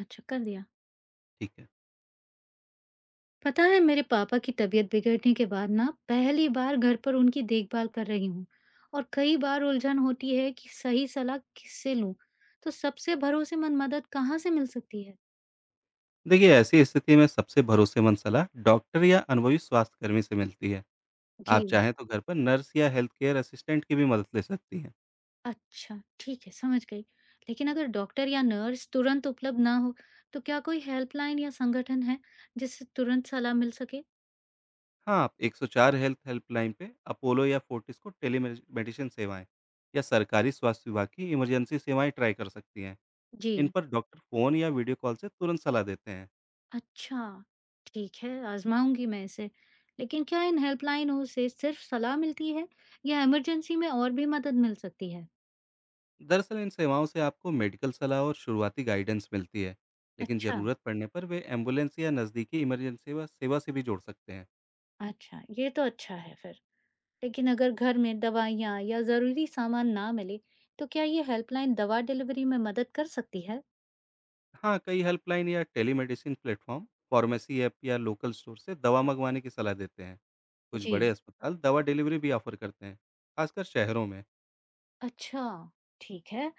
अच्छा, कर दिया। ठीक है। पता है मेरे पापा की तबीयत बिगड़ने के बाद ना पहली बार घर पर उनकी देखभाल कर रही हूँ और कई बार उलझन होती है कि सही सलाह किससे लूँ। तो सबसे भरोसेमंद मदद कहाँ से मिल सकती है? देखिए, ऐसी स्थिति में सबसे भरोसेमंद सलाह डॉक्टर या अनुभवी स्वास्थ्यकर्मी से मिलती है। आप जी। चाहें तो घर पर नर्स या हेल्थ केयर असिस्टेंट की भी मदद ले सकती हैं। अच्छा, ठीक है, समझ गई। लेकिन अगर डॉक्टर या नर्स तुरंत उपलब्ध ना हो, तो क्या कोई हेल्पलाइन या संगठन है जिससे तुरंत सलाह मिल सके? हाँ, आप 104 हेल्थ हेल्पलाइन पे अपोलो या फोर्टिस को टेलीमेडि मेडिसिन सेवाएँ या सरकारी स्वास्थ्य विभाग की इमरजेंसी सेवाएँ ट्राई कर सकती हैं। जी। इन पर डॉक्टर फ़ोन या वीडियो कॉल से तुरंत सलाह देते हैं। अच्छा, ठीक है, आज़माऊँगी मैं इसे। लेकिन क्या इन हेल्पलाइनों से सिर्फ़ सलाह मिलती है या इमरजेंसी में और भी मदद मिल सकती है? दरअसल इन सेवाओं से आपको मेडिकल सलाह और शुरुआती गाइडेंस मिलती है, लेकिन अच्छा, ज़रूरत पड़ने पर वे एम्बुलेंस या नज़दीकी इमरजेंसी सेवा सेवा से भी जोड़ सकते हैं। अच्छा, ये तो अच्छा है फिर। लेकिन अगर घर में दवाइयाँ या ज़रूरी सामान ना मिले, तो क्या ये हेल्पलाइन दवा डिलीवरी में मदद कर सकती है? हाँ, कई हेल्पलाइन या टेलीमेडिसिन प्लेटफ़ॉर्म, फ़ार्मेसी ऐप या लोकल स्टोर से दवा मँगवाने की सलाह देते हैं। कुछ जी। बड़े अस्पताल दवा डिलीवरी भी ऑफ़र करते हैं, खासकर शहरों में। अच्छा, ठीक है।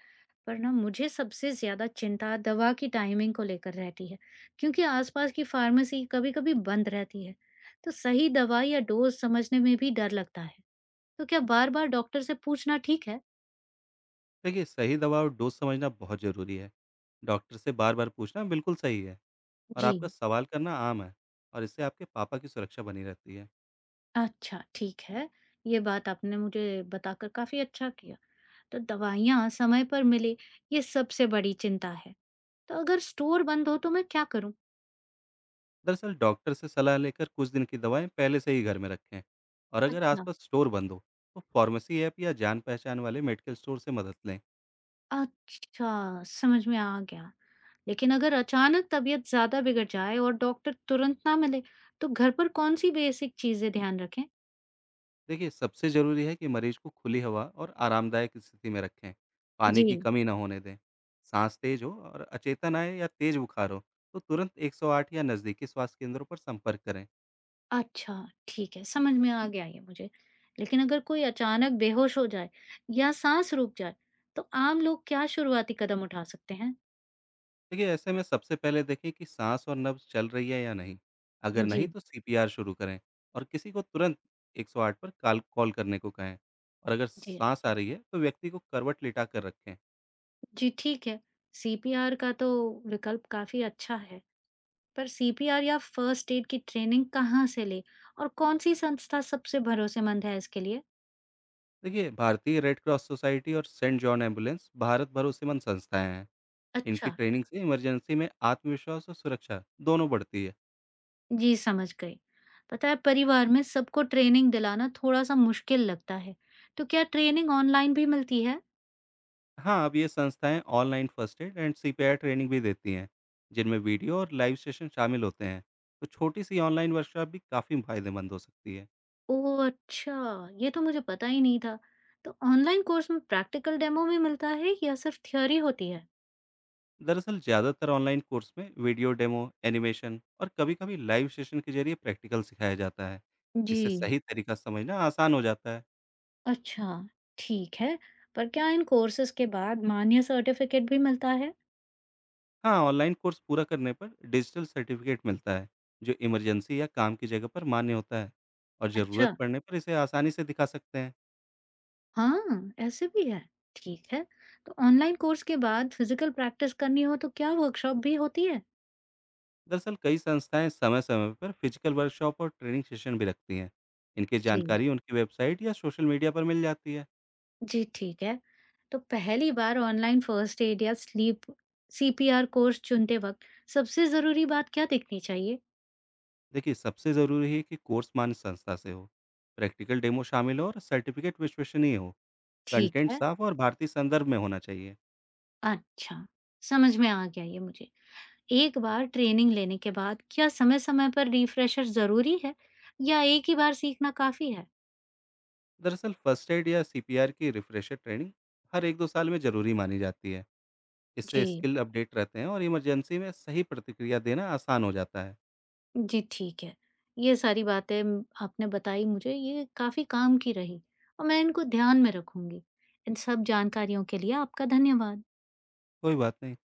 पर ना मुझे सबसे ज़्यादा चिंता दवा की टाइमिंग को लेकर रहती है, क्योंकि आसपास की फार्मेसी कभी-कभी बंद रहती है। तो सही दवा या डोज़ समझने में भी डर लगता है। तो क्या बार-बार डॉक्टर से पूछना ठीक है? देखिए, सही दवा और डोज़ समझना बहुत ज़रूरी है। डॉक्टर से बार-बार पूछना बिल्कुल सही है और जी। आपका सवाल करना आम है और इससे आपके पापा की सुरक्षा बनी रहती है। अच्छा, ठीक है। ये बात आपने मुझे बताकर काफ़ी अच्छा किया। तो दवाइयाँ समय पर मिले, ये सबसे बड़ी चिंता है। तो अगर स्टोर बंद हो तो मैं क्या करूँ? दरअसल, डॉक्टर से सलाह लेकर कुछ दिन की दवाएँ पहले से ही घर में रखें और अगर अच्छा। आसपास स्टोर बंद हो, तो फ़ार्मेसी ऐप या जान-पहचान वाले मेडिकल स्टोर से मदद लें। अच्छा, समझ में आ गया। लेकिन अगर अचानक तबीयत ज्यादा बिगड़ जाए और डॉक्टर तुरंत ना मिले तो घर पर कौन सी बेसिक चीजें ध्यान रखें। देखिए, सबसे ज़रूरी है कि मरीज को खुली हवा और आरामदायक स्थिति में रखें। पानी जी। की कमी ना होने दें। सांस तेज हो और अचेतन आए या तेज बुखार हो तो तुरंत 108 या नज़दीकी स्वास्थ्य केंद्रों पर संपर्क करें। अच्छा, ठीक है, समझ में आ गया ये मुझे। लेकिन अगर कोई अचानक बेहोश हो जाए या सांस रुक जाए तो आम लोग क्या शुरुआती कदम उठा सकते हैं? देखिए, ऐसे में सबसे पहले देखें कि सांस और नब्ज चल रही है या नहीं। अगर नहीं जी। तो सीपीआर शुरू करें और किसी को तुरंत 108 पर कॉल कॉल करने को कहें। और अगर जी, सांस अच्छा। आ रही है तो व्यक्ति को करवट लिटा कर रखें। जी, ठीक है। सीपीआर का तो विकल्प काफी अच्छा है। पर सीपीआर या फर्स्ट एड की ट्रेनिंग कहाँ से ले और कौन सी संस्था सबसे भरोसेमंद है इसके लिए? देखिए, भारतीय रेड क्रॉस सोसाइटी और सेंट जॉन एम्बुलेंस भारत भरोसेमंद संस्थाएं हैं। इनकी अच्छा। ट्रेनिंग से इमरजेंसी में आत्मविश्वास और सुरक्षा दोनों बढ़ती है। जी, समझ गई। पता है परिवार में सबको ट्रेनिंग दिलाना थोड़ा-सा मुश्किल लगता है। तो क्या ट्रेनिंग ऑनलाइन भी मिलती है? हाँ, अब ये संस्थाएं online first aid and CPR training भी देती हैं, जिनमें वीडियो और लाइव सेशन शामिल होते हैं। तो छोटी सी ऑनलाइन वर्कशॉप भी काफ़ी फायदेमंद हो सकती है। ओह, अच्छा, ये तो मुझे पता ही नहीं था। तो ऑनलाइन कोर्स में प्रैक्टिकल डेमो भी मिलता है या सिर्फ थ्योरी होती है? दरअसल ज़्यादातर ऑनलाइन कोर्स में वीडियो डेमो, एनिमेशन और कभी कभी लाइव सेशन के जरिए प्रैक्टिकल सिखाया जाता है। जी। इससे सही तरीका समझना आसान हो जाता है। अच्छा, ठीक है। पर क्या इन कोर्सेज के बाद मान्य सर्टिफिकेट भी मिलता है? हाँ, ऑनलाइन कोर्स पूरा करने पर डिजिटल सर्टिफ़िकेट मिलता है, जो इमरजेंसी या काम की जगह पर मान्य होता है और अच्छा, ज़रूरत पड़ने पर इसे आसानी से दिखा सकते हैं। हाँ, ऐसे भी है। ठीक है। तो ऑनलाइन कोर्स के बाद फिजिकल प्रैक्टिस करनी हो तो क्या वर्कशॉप भी होती है? दरअसल कई संस्थाएं समय-समय पर फिजिकल वर्कशॉप और ट्रेनिंग सेशन भी रखती हैं। इनकी जी। जानकारी उनकी वेबसाइट या सोशल मीडिया पर मिल जाती है। जी, ठीक है। तो पहली बार ऑनलाइन फ़र्स्ट एड या स्लीप सीपीआर कोर्स चुनते वक़्त सबसे ज़रूरी बात क्या देखनी चाहिए? देखिए, सबसे ज़रूरी है कि कोर्स मान्य संस्था से हो, प्रैक्टिकल डेमो शामिल हो और सर्टिफ़िकेट विश्वसनीय हो। ठीक कंटेंट है, साफ और भारतीय संदर्भ में होना चाहिए। अच्छा, समझ में आ गया ये मुझे। एक बार ट्रेनिंग लेने के बाद क्या समय-समय पर रिफ्रेशर ज़रूरी है या एक ही बार सीखना काफ़ी है? दरअसल फर्स्ट एड या सीपीआर की रिफ्रेशर ट्रेनिंग हर 1-2 साल में ज़रूरी मानी जाती है। इससे जी, स्किल अपडेट रहते हैं और इमरजेंसी में सही प्रतिक्रिया देना आसान हो जाता है। जी, ठीक है। ये सारी बातें म आपने बताई मुझे, ये काफ़ी काम की रही और मैं इनको ध्यान में रखूँगी। इन सब जानकारियों के लिए आपका धन्यवाद। कोई बात नहीं।